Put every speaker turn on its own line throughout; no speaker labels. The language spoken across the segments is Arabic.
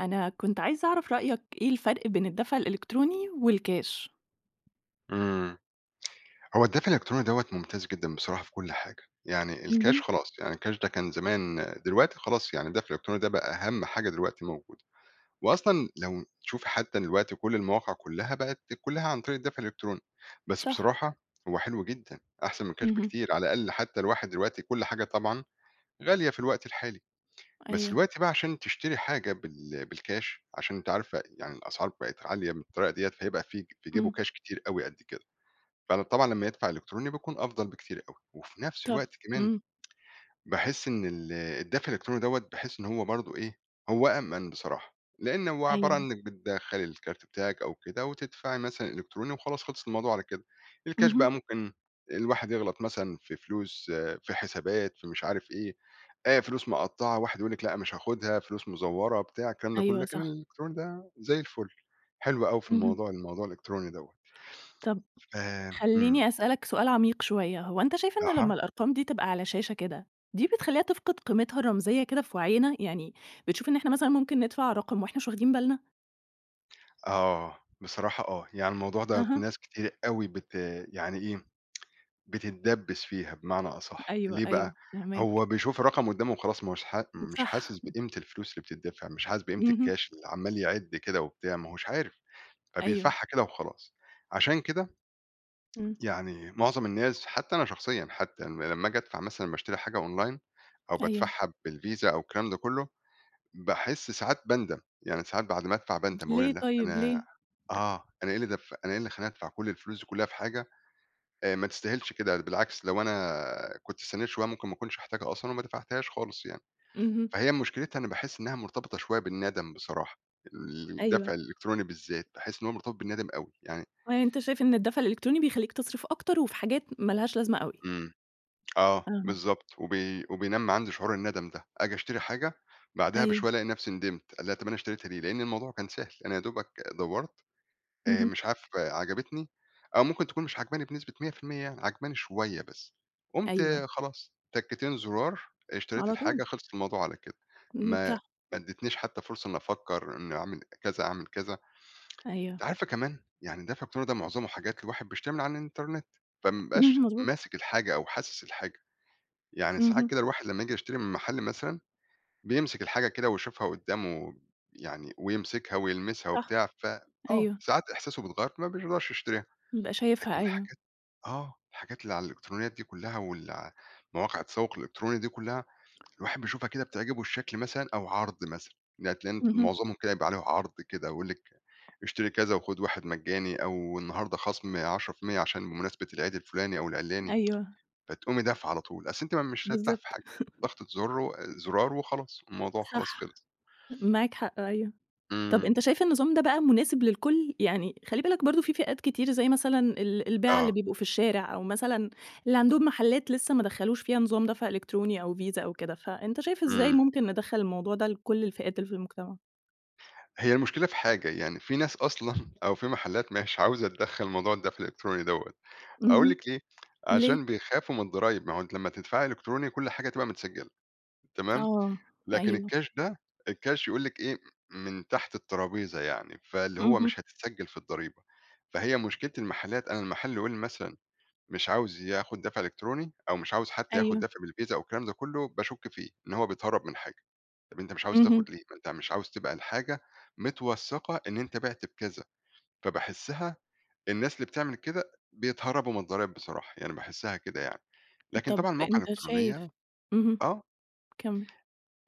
أنا كنت عايزة أعرف رأيك إيه الفرق بين الدفع الإلكتروني والكاش؟
إمم. هو الدفع الإلكتروني دوّة ممتاز جدًا بصراحة في كل حاجة، يعني
اهم،
الكاش خلاص، يعني الكاش ده كان زمان دلوقتي خلاص يعني الدفع الإلكتروني ده بقى أهم حاجة دلوقتي موجودة، وأصلًا لو تشوفي حتى دلوقتي كل المواقع كلّها بقت كلّها عن طريق الدفع الإلكتروني، بس
صح،
بصراحة هو حلو جدًا، أحسن من الكاش
اهم،
بكتير، على الأقل حتى الواحد دلوقتي كل حاجة طبعًا غالية في الوقت الحالي، بس
أيوه،
دلوقتي بقى عشان تشتري حاجة بالكاش عشان أنتِ عارفة يعني الأسعار بقت عالية بالطريقة ديّة، فيبقى في جيبه
إمم،
كاش كتير أوي قد كده. فطبعًا لمّا يدفع إلكتروني بيكون أفضل بكتير أوي، وفي نفس
طب،
الوقت كمان
إمم،
باحس إن الدفع الإلكتروني دوّة باحس إن هو برضه إيه، هو أأمن بصراحة، لإن هو عبارة
أيوه،
عن إنك بتدخّلي الكارت بتاعِك أو كده وتدفعي مثلًا إلكتروني وخلاص خلص الموضوع على كده، الكاش بقى
اهم،
ممكن الواحد يغلط مثلًا في فلوس، آه، في حسابات، في مش عارف إيه، فلوس مقطّعة واحد يقول لِك لأ مش هاخدها، فلوس مزوّرة، بتاع الكلام ده كله،
أيوه
لكن
صح،
الإلكتروني ده زي الفل، حلو أوي في
اهم،
الموضوع الإلكتروني دوّة،
طب
ف إمم،
خلّيني أسألك سؤال عميق شوية، هو أنت شايف إن
أها.
لمّا الأرقام دي تبقى على شاشة كده، دي بتخلّيها تفقد قيمتها الرمزية كده في وعينا؟ يعني بتشوف إن إحنا مثلًا ممكن ندفع رقم وإحنا مش واخدين بالنا؟
آه، بصراحة آه، يعني الموضوع ده
أها،
ناس كتير أوي يعني إيه، بتتدبّس فيها بمعنى أصح،
أيوه،
ليه بقى؟
أيوه، فاهماك،
هو بيشوف الرقم قدّامه وخلاص ما هوش ح مش
صح،
حاسس بقيمة الفلوس اللي بتدّفع، مش حاسس بقيمة
اهم،
الكاش اللي عمّال يعِد كده وبتاع، ما هوش عارف،
أيوه،
فبيدفعها كده وخلاص. عشان كده
إمم،
يعني معظم الناس حتى أنا شخصيًا حتى لمّا آجي أدفع مثلًا باشتري حاجة أونلاين أو
أيوه،
بادفعها بالفيزا أو الكلام ده كُلّه، باحس ساعات باندم، يعني ساعات بعد ما أدفع باندم،
ليه
باقول لأ
طيب
أنا
ليه؟
آه، أنا إيه اللي خلّاني أدفع كل الفلوس دي كلّها في حاجة ما تستاهلش كده، ده بالعكس لو أنا كنت استنّيت شوية ممكن ما أكونش احتاجها أصلًا وما دفعتهاش خالص يعني.
اهم،
فهي مشكلتها أنا باحس إنها مرتبطة شوية بالندم بصراحة،
أيوه.
الدفع الإلكتروني بالذات، باحس إن هو مرتبط بالندم أوي، يعني
آه، يعني أنت شايف إن الدفع الإلكتروني بيخلّيك تصرف أكتر وفي حاجات ما لهاش لازمة أوي.
إمم، آه،
أها،
بالضبط، وبينمّي عندي شعور الندم ده، آجي أشتري حاجة بعدها
أيوه،
بشوية ألاقي نفسي ندمت، لا طَب أنا اشتريتها ليه؟ لإن الموضوع كان سهل، أنا يا دوبك دَوّرت
اهم،
مش عارف عجبتني أو ممكن تكون مش عاجباني بنسبة 100% يعني، عاجباني شوية بس. قُمت
أيوه،
خلاص تكتين زرار، اشتريت
على طول،
الحاجة، خلص الموضوع على كده.
إمم،
ما
صح،
ما ادتنيش حتى فرصة إني أفكر إني أعمل كذا، أعمل كذا. أنتِ
أيوه،
عارفة كمان يعني دفع الفاتورة ده معظمه حاجات الواحد بيشتريها من على الإنترنت، فما بيبقاش
اهم، مضبوط،
ماسك الحاجة أو حاسس الحاجة. يعني ساعات
اهم،
كده الواحد لمّا ييجي يشتري من محل مثلًا، بيمسك الحاجة كده ويشوفها قدامه يعني ويمسكها ويلمسها
صح،
وبتاع، ف آه،
أيوه،
ساعات إحساسه بيتغيّر فما بيرضاش يشتريها.
بابقى شايفها
لكن
أيوه،
الحاجات آه، الحاجات اللي على الإلكترونيات دي كلّها مواقع التسوق الإلكتروني دي كلّها، الواحد بيشوفها كده بتعجبه الشكل مثلًا أو عرض مثلًا، يعني تلاقي
اهم،
معظمهم كده يبقى عليه عرض كده ويقول لِك اشتري كذا وخُد واحد مجاني أو النهارده خصم 10% عشان بمناسبة العيد الفلاني أو العلاني،
أيوه،
فتقومي دافعة على طول، أصل أنتِ ما مش هتدفع في
بالضبط،
حاجة، ضغطة زر و زرار وخلاص، الموضوع خلاص
صح،
خلص.
معاك حق، أيوه. طب
إمم،
أنت شايف النظام ده بقى مناسب للكل؟ يعني خلّي بالك برضه في فئات كتير زي مثلًا البياعة اللي
آه،
بيبقوا في الشارع، أو مثلًا اللي عندهم محلات لسه ما دخّلوش فيها نظام دفع إلكتروني أو فيزا أو كده، فأنت شايف إزاي
إمم.
ممكن ندخّل الموضوع ده لكل الفئات اللي في المجتمع؟
هي المشكلة في حاجة، يعني في ناس أصلًا أو في محلات مش عاوزة تدخّل موضوع الدفع الإلكتروني دوّة. أقول
اهم،
لِك ليه،
ليه؟
عشان بيخافوا من الضرايب، ما هو أنتِ لمّا تدفعي إلكتروني كل حاجة تبقى متسجلة، تمام،
آه،
لكن
أيوه،
الكاش ده الكاش يقول لِك إيه، من تحت الترابيزة يعني، فاللي هو
اهم،
مش هتتسجل في الضريبة، فهي مشكلة المحلات أنا المحل يقول لي مثلًا مش عاوز ياخد دفع إلكتروني أو مش عاوز حتى ياخد
أيوه،
دفع بالفيزا أو الكلام ده كله، باشُك فيه إن هو بيتهرب من حاجة، طب أنت مش عاوز
اهم،
تاخد ليه؟ ما أنت مش عاوز تبقى الحاجة متوثقة إن أنت بِعت بكذا، فباحسّها الناس اللي بتعمل كده بيتهربوا من الضرايب بصراحة، يعني باحسّها كده يعني. لكن
طب
طبعًا المواقع
أنت شايف،
الإلكترونية
اهم،
آه،
كمّل،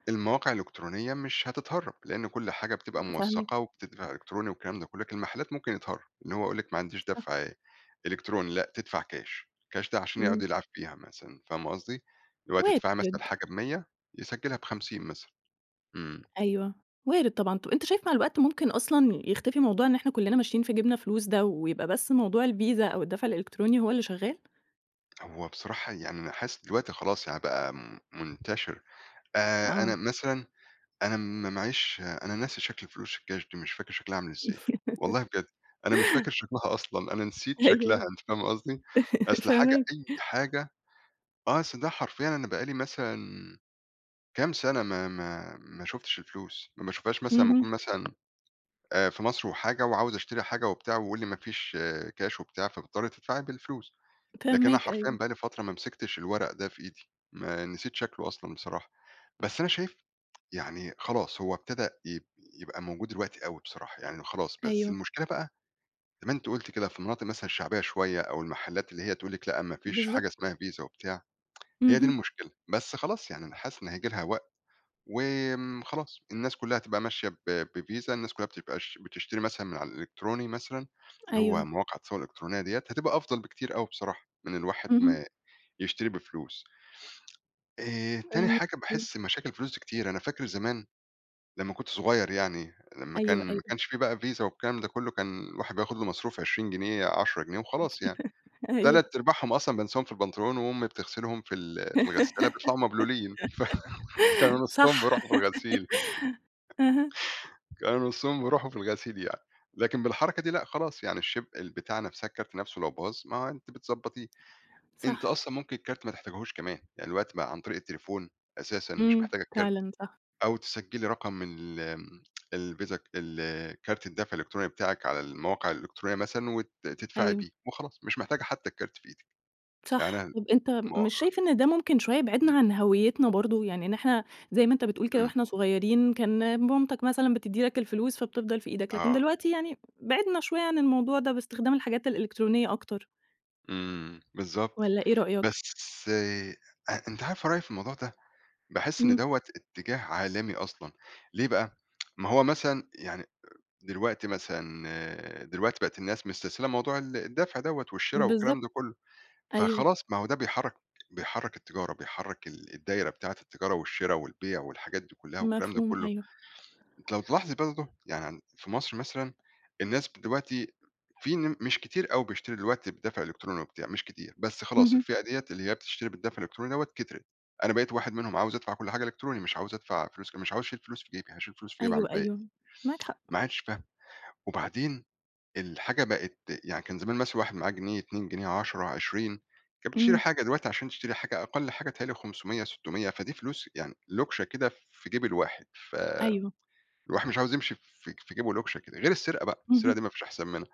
المواقع الإلكترونية مش هتتهرّب، لإن كل حاجة بتبقى
فاهماك،
موثّقة وبتدفع إلكتروني والكلام ده كُلّه، لكن المحلات ممكن يتهرّب، إن هو يقول لِك ما عنديش
صح،
دفع إلكتروني، لأ تدفع كاش، كاش ده عشان يقعد
إمم،
يلعب فيها مثلًا، فاهمة قصدي؟ اللي هو تدفعي مثلًا
وارد.
حاجة ب100 يسجّلها ب50 مثلًا، إمم،
أيوه، وارد طبعًا. طب أنت شايف مع الوقت ممكن أصلًا يختفي موضوع إن إحنا كلّنا ماشيين في جيبنا فلوس ده، ويبقى بس موضوع الفيزا أو الدفع الإلكتروني هو اللي شغّال؟
هو بصراحة يعني أنا حاسس دلوقتي خلاص يعني بقى منتشر،
آه.
أنا مثلًا أنا ما معييش أنا ناسي شكل فلوس الكاش دي، مش فاكر شكلها عامل إزاي، والله بجد، أنا مش فاكر شكلها أصلًا، أنا نسيت شكلها
أيوه،
أنتِ فاهمة قصدي؟ أصل حاجة
فاهماك.
أي حاجة آه، أصل ده حرفيًا أنا بقى لي مثلًا كام سنة ما شُفتش الفلوس، ما باشوفهاش مثلًا أمّا
اهم،
أكون مثلًا في مصر وحاجة وعاوز أشتري حاجة وبتاع ويقول لي ما فيش كاش وبتاع، فباضطر تدفعي بالفلوس. لكن أنا
فاهماك
حرفيًا
أيوه،
بقى لي فترة ما مسكتش الورق ده في إيدي، ما نسيت شكله أصلًا بصراحة، بس أنا شايف يعني خلاص هو ابتدى يب يبقى موجود دلوقتي أوي بصراحة، يعني خلاص بس
أيوه،
المشكلة بقى زي ما أنتِ قُلتِ كده في المناطق مثلًا الشعبية شوية أو المحلات اللي هي تقول لِك لأ ما فيش حاجة
بالضبط.
اسمها فيزا وبتاع، هي دي
اهم،
المشكلة، بس خلاص يعني أنا حاسس إن هييجي لها وقت خلاص الناس كلها هتبقى ماشية بفيزا، الناس كلها بتبقاش بتشتري مثلًا من على الإلكتروني مثلًا، اللي هو
أيوه،
مواقع التسوق الإلكترونية ديّة، هتبقى أفضل بكتير أوي بصراحة من الواحد
اهم،
ما يشتري بفلوس. تاني
فاهماك.
حاجة باحس مشاكل الفلوس دي كتير، أنا فاكر زمان لمّا كنت صغير يعني، لمّا كان
أيوه، أيوه،
ما كانش في بقى فيزا والكلام ده كلّه، كان الواحد بياخد له مصروف 20 جنيه، 10 جنيه وخلاص يعني،
أيوه،
3 أرباعهم أصلًا بانساهم في البنطلون وأمي بتغسلهم في ال في الغسالة بيطلعوا مبلولين، فكانوا نصهم
صح،
بيروحوا في الغسيل،
أها،
كانوا نصهم بيروحوا في الغسيل يعني. لكن بالحركة دي لأ خلاص يعني الشيب البتاع نفسها الكارت نفسه لو باظ، ما هو أنتِ بتضبّطيه، أنتِ
صح،
أصلًا ممكن الكارت ما تحتاجيهوش كمان، يعني دلوقتي بقى عن طريق التليفون أساسًا مش
إمم،
محتاجة الكارت.
فعلًا صح،
أو تسجّلي رقم من ال آمم، الفيزا كارت الدفع الإلكتروني بتاعِك على المواقع الإلكترونية مثلًا تدفعي
أيوه.
بيه وخلاص، مش محتاجة حتى الكارت في إيدِك. يعني
صح،
أنا
طب أنت مش
مؤخ
شايف إن ده ممكن شوية
إمم،
يبعدنا عن هويتنا برضه؟ يعني إن إحنا زي ما أنت بتقول كده
إمم،
وإحنا صغيرين كان مامتك مثلًا بتدّي لك الفلوس فبتفضل في إيدك، لكن
آه،
دلوقتي يعني بعدنا شوية عن الموضوع ده باستخدام الحاجات الإلكترونية أكتر،
إمم، بالضبط.
والّا إيه رأيك؟
بس أ أنتِ عارفة رأيي في الموضوع ده، باحس إن
إمم،
دوّة اتجاه عالمي أصلًا، ليه بقى؟ ما هو مثلًا يعني دلوقتي مثلًا آه، دلوقتي بقت الناس مستسهلة موضوع الدفع دوّة والشِرا والكلام
بالضبط،
ده كلّه.
أيوه،
فخلاص ما هو ده بيحرّك التجارة، بيحرّك الدايرة بتاعة التجارة والشِرا والبيع والحاجات دي كُلّها والكلام ده
مفهوم،
كُلّه.
أيوه،
أنتِ لو تلاحظي برضه يعني عن في مصر مثلًا الناس دلوقتي في ن مش كتير أوي بيشتري دلوقتي بدفع إلكتروني وبتاع، مش كتير، بس خلاص
اهم،
الفئة ديّة اللي هي بتشتري بالدفع الإلكتروني دوّة كترت. أنا بقيت واحد منهم عاوز أدفع كل حاجة إلكتروني، مش عاوز أدفع فلوس ك مش عاوز أشيل فلوس في جيبي، هاشيل فلوس في جيبي أعمل
أيوه،
بيها
أيوه،
إيه؟
معاك حق،
ما عادش فاهم. وبعدين الحاجة بقت يعني كان زمان مثلًا الواحد معاه جنيه، 2 جنيه، 10، 20 كانت بتشتري
إمم،
حاجة، دلوقتي عشان تشتري حاجة أقل حاجة بيتهيأ لي 500، 600 فدي فلوس يعني لوكشة كده في جيب الواحد،
أيوه،
فالواحد مش عاوز يمشي في جيبه لوكشة كده، غير السرقة بقى، السرقة
اهم،
دي ما فيش أحسن منها،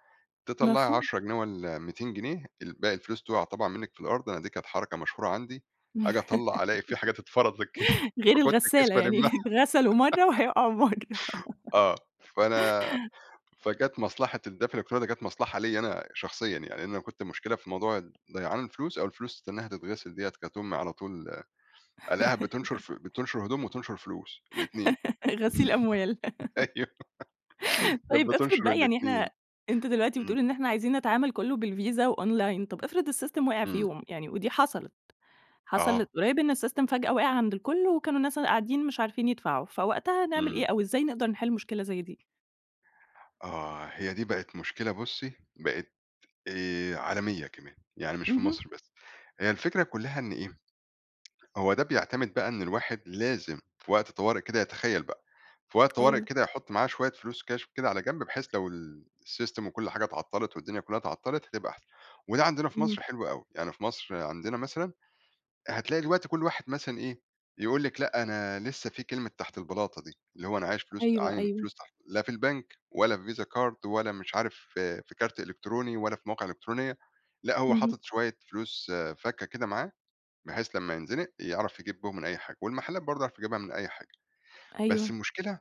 تطلّعي
مفهوم،
10 جنيه والّا 200 جنيه باقي الفلوس تقع طبعًا منِّك في الأرض، أنا دي كانت حركة مشهورة عندي، آجي أطلّع ألاقي في حاجات اتفرطت كده
غير
فكنت الكيس
الغسالة يعني
بالمها
اتغسلوا مرّة وهيقعوا مرّة
آه، فأنا فجات مصلحة الدفع الإلكتروني ده جات مصلحة ليّا أنا شخصيًا يعني، لإن أنا كنت مشكلة في موضوع ضيعان الفلوس أو الفلوس إنها تتغسل ديّة، كانت أمي على طول ألاقيها بتنشر هدوم وتنشر فلوس الاتنين
غسيل أموال.
أيوه كانت
طيب افرض
بتنشر
بقى يعني
الاتنين،
إحنا، أنت دلوقتي
إمم،
بتقول إن إحنا عايزين نتعامل كلّه بالفيزا وأونلاين، طب افرض السيستم وقع في
إمم،
يوم يعني ودي حصلت،
آه،
حصلت قريب إن السيستم فجأة وقع عند الكل وكانوا ناس قاعدين مش عارفين يدفعوا، فوقتها نعمل
إمم،
إيه أو إزاي نقدر نحل مشكلة زي دي؟
آه، هي دي بقت مشكلة بُصّي، بقت عالمية كمان، يعني مش في
اهم،
مصر بس، هي الفكرة كلّها إن إيه، هو ده بيعتمد بقى إن الواحد لازم في وقت طوارئ كده يتخيّل بقى، في وقت طوارئ
أيوه،
كده يحُط معاه شوية فلوس كاش كده على جنب، بحيث لو الsystem وكل حاجة اتعطّلت والدنيا كلّها اتعطّلت هتبقى أحسن، وده عندنا في
اهم،
مصر حلو أوي، يعني في مصر عندنا مثلًا هتلاقي دلوقتي كل واحد مثلًا إيه، يقول لِك لأ أنا لسه في كلمة تحت البلاطة دي، اللي هو أنا عايش فلوس
أيوه،
عاين
أيوه،
فلوس تحت لا في البنك ولا في Visa card ولا مش عارف في كارت إلكتروني ولا في مواقع إلكترونية، لأ هو
اهم،
حاطط شوية فلوس آه، فَكّة كده معاه بحيث لمّا ينزنق يعرف يجيب بيهم من أي حاجة، والمحلات برضه يعرف يجيبها من أي حاجة، بس
أيوه،
المشكلة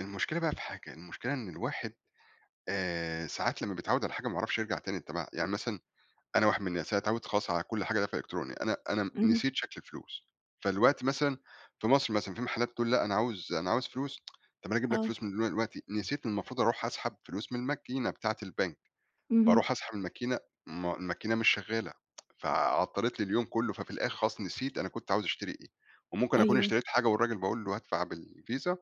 المشكلة بقى في حاجة، المشكلة إن الواحد ساعات لمّا بيتعوّد على حاجة ما يعرفش يرجع تاني يتبعها، يعني مثلًا أنا واحد من الناس أنا اتعوّدت خلاص على كل حاجة دفع إلكتروني، أنا
اهم،
نسيت شكل الفلوس، فدلوقتي مثلًا في مصر مثلًا في محلات تقول لأ أنا عاوز فلوس، طَب أنا أجيب لك
آه،
فلوس من دلوقتي، نسيت إن المفروض أروح أسحب فلوس من الماكينة بتاعة البنك.
اهم،
باروح أسحب الماكينة، ما الماكينة مش شغّالة، فعطّلت لي اليوم كلّه، ففي الآخر خلاص نسيت أنا كنت عاوز أشتري إيه، وممكن أكون
أيوه.
اشتريت حاجة والراجل باقول له هادفع بالفيزا،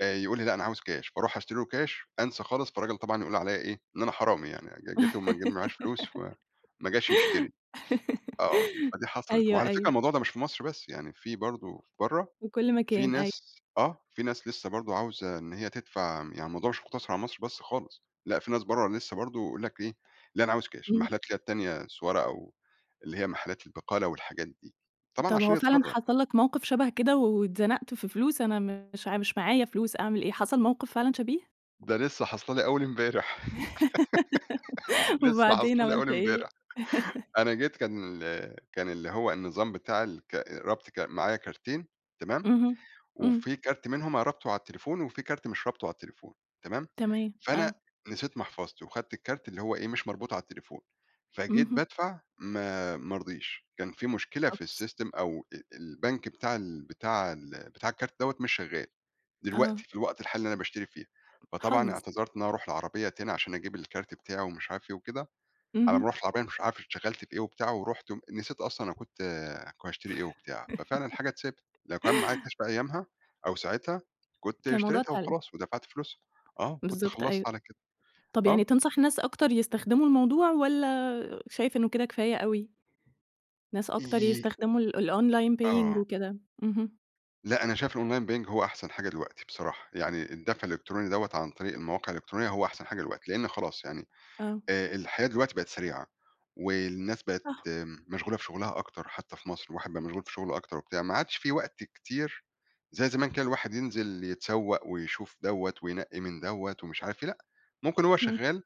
يقول لي لأ أنا عاوز كاش، فاروح أشتري له كاش، أنسى خالص، فالراجل طبعًا يقول عليّا إيه، إن أنا حرامي يعني، جيت وما ج معاييش فلوس فما جاش يشتري، آه، فدي حصلت.
أيوه،
وعلى فكرة
أيوه،
الموضوع ده مش في مصر بس، يعني في برضه في برّه
في كل
في
مكان، أيوه،
ناس آه، في ناس لسه برضه عاوزة إن هي تدفع يعني الموضوع مش مقتصر على مصر بس خالص، لأ في ناس برّه لسه برضه يقول لك إيه، لأ أنا عاوز كاش،
إمم.
المحلات اللي هي التانية سوارة أو اللي هي محلات البقالة والحاجات دي، طبعًا
طب هو
عشان
فعلًا
يتهرّب،
حصل لك موقف شبه كده واتزنقت في فلوس، أنا مش معايا فلوس أعمل إيه؟ حصل موقف فعلًا شبيه؟
ده لسه حاصلة لي أول امبارح، لسه
وبعدين
حاصلة لي أول
عملت إيه؟
امبارح، أنا جيت كان اللي هو النظام بتاع الك رابط معايا كارتين تمام؟
اهم، إمم،
وفي كارت منهم أنا رابطه على التليفون، وفي كارت مش رابطه على التليفون تمام،
تمام،
فأنا
آه،
نسيت محفظتي وخدت الكارت اللي هو إيه، مش مربوط على التليفون، فجيت
اهم،
بادفع ما رضيش، كان في مشكلة في
أوبس،
الsystem أو البنك بتاع الكارت دوّة مش شغال،
آه،
دلوقتي في الوقت الحالي اللي أنا باشتري فيه، فطبعًا
حظ،
اعتذرت إن أنا أروح العربية تاني عشان أجيب الكارت بتاعي ومش عارف إيه وكده. على
اهم،
ما رُحت العربية مش عارف اتشغلت في إيه وبتاع، ورُحت م نسيت أصلًا أنا كنت كنت هاشتري إيه وبتاع، ففعلًا الحاجة اتسابت، لو كان معايا كاش بقى أيامها أو ساعتها كنت
كان الموضوع
اشتريتها
اتحل،
وخلاص ودفعت فلوسها، آه، كنت
بالضبط أيوه،
خلّصت على كده،
طب يعني
آه،
تنصح ناس أكتر يستخدموا الموضوع والّا شايف إنه كده كفاية أوي؟ ناس أكتر
ي
يستخدموا الأونلاين paying
آه،
وكده، اهم،
لأ أنا شايف الأونلاين بينج هو أحسن حاجة دلوقتي بصراحة، يعني الدفع الإلكتروني دوّة عن طريق المواقع الإلكترونية هو أحسن حاجة دلوقتي، لإن خلاص يعني
آه،
الحياة دلوقتي بقت سريعة، والناس بقت
صح،
مشغولة في شغلها أكتر حتى في مصر، الواحد بقى مشغول في شغله أكتر وبتاع، ما عادش في وقت كتير زي زمان كده الواحد ينزل يتسوّق ويشوف دوّة وينقّي من دوّة ومش عارف إيه، لأ، ممكن هو
إمم،
شغال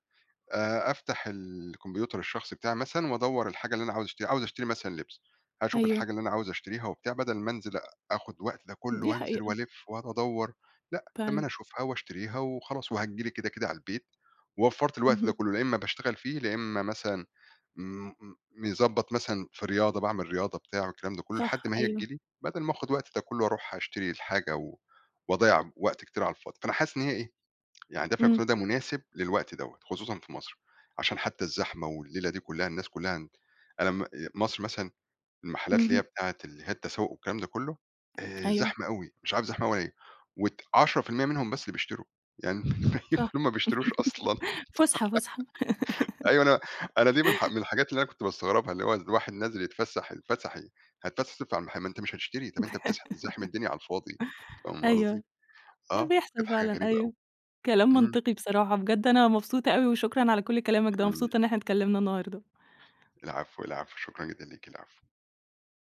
أفتح الكمبيوتر الشخصي بتاعي مثلًا وأدوّر الحاجة اللي أنا عاوز أشتريها، عاوز أشتري مثلًا لبس، هاشوف
أيوه،
الحاجة اللي أنا عاوز أشتريها وبتاع بدل ما أنزل آخُد الوقت ده كُلّه
دي
وأنزل
حقيقة
وألِف وأدوّر، لأ، طب ما
فعلًا،
أنا أشوفها وأشتريها وخلاص وهتيجي لي كده، كده على البيت، ووفّرت الوقت ده
اهم.
كُلّه، لا إمّا باشتغل فيه، لا إمّا مثلًا م م مضبّط مثلًا في رياضة، باعمل رياضة بتاع والكلام ده كُلّه
صح
لحد ما هي تيجي
أيوه.
لي بدل ما آخُد الوقت ده كُلّه وأروح أشتري الحاجة وأضيّع وقت كتير على الفاضي، فأنا حاسس إن هي إيه، يعني دفع
إمم،
الإلكتروني ده مناسب للوقت دوّة، خصوصًا في مصر، عشان حتى الزحمة والليلة دي كلّها الناس كلّها أنا م مصر مثلًا المحلات اللي هي
اهم،
بتاعة اللي هي التسوق والكلام ده كلّه
أيوه
زحمة أوي، مش عارف زحمة أوي ليه، وت 10% منهم بس اللي بيشتروا، يعني الباقيين
صح
كلّهم ما بيشتروش أصلًا.
فُسحة، فُسحة
أيوه أنا أنا دي من الحاجات اللي أنا كنت باستغربها، اللي هو الواحد نازل يتفسح يتفسح إيه؟ هتتفسح تصرف على المحل، ما أنت مش هتشتري، طب أنت بتزاحم الدنيا على الفاضي، فاهم قصدي؟
أيوه،
آه،
بيحصل
كانت حاجة
فعلًا
غريبة أوي.
أيوه، كلام
إمم،
منطقي بصراحة، بجد أنا مبسوطة أوي وشكرًا على كل كلامك ده،
إمم،
مبسوطة إن إحنا اتكلمنا النهارده.
العفو، العفو، شكرًا جدًا ليكِ، العفو.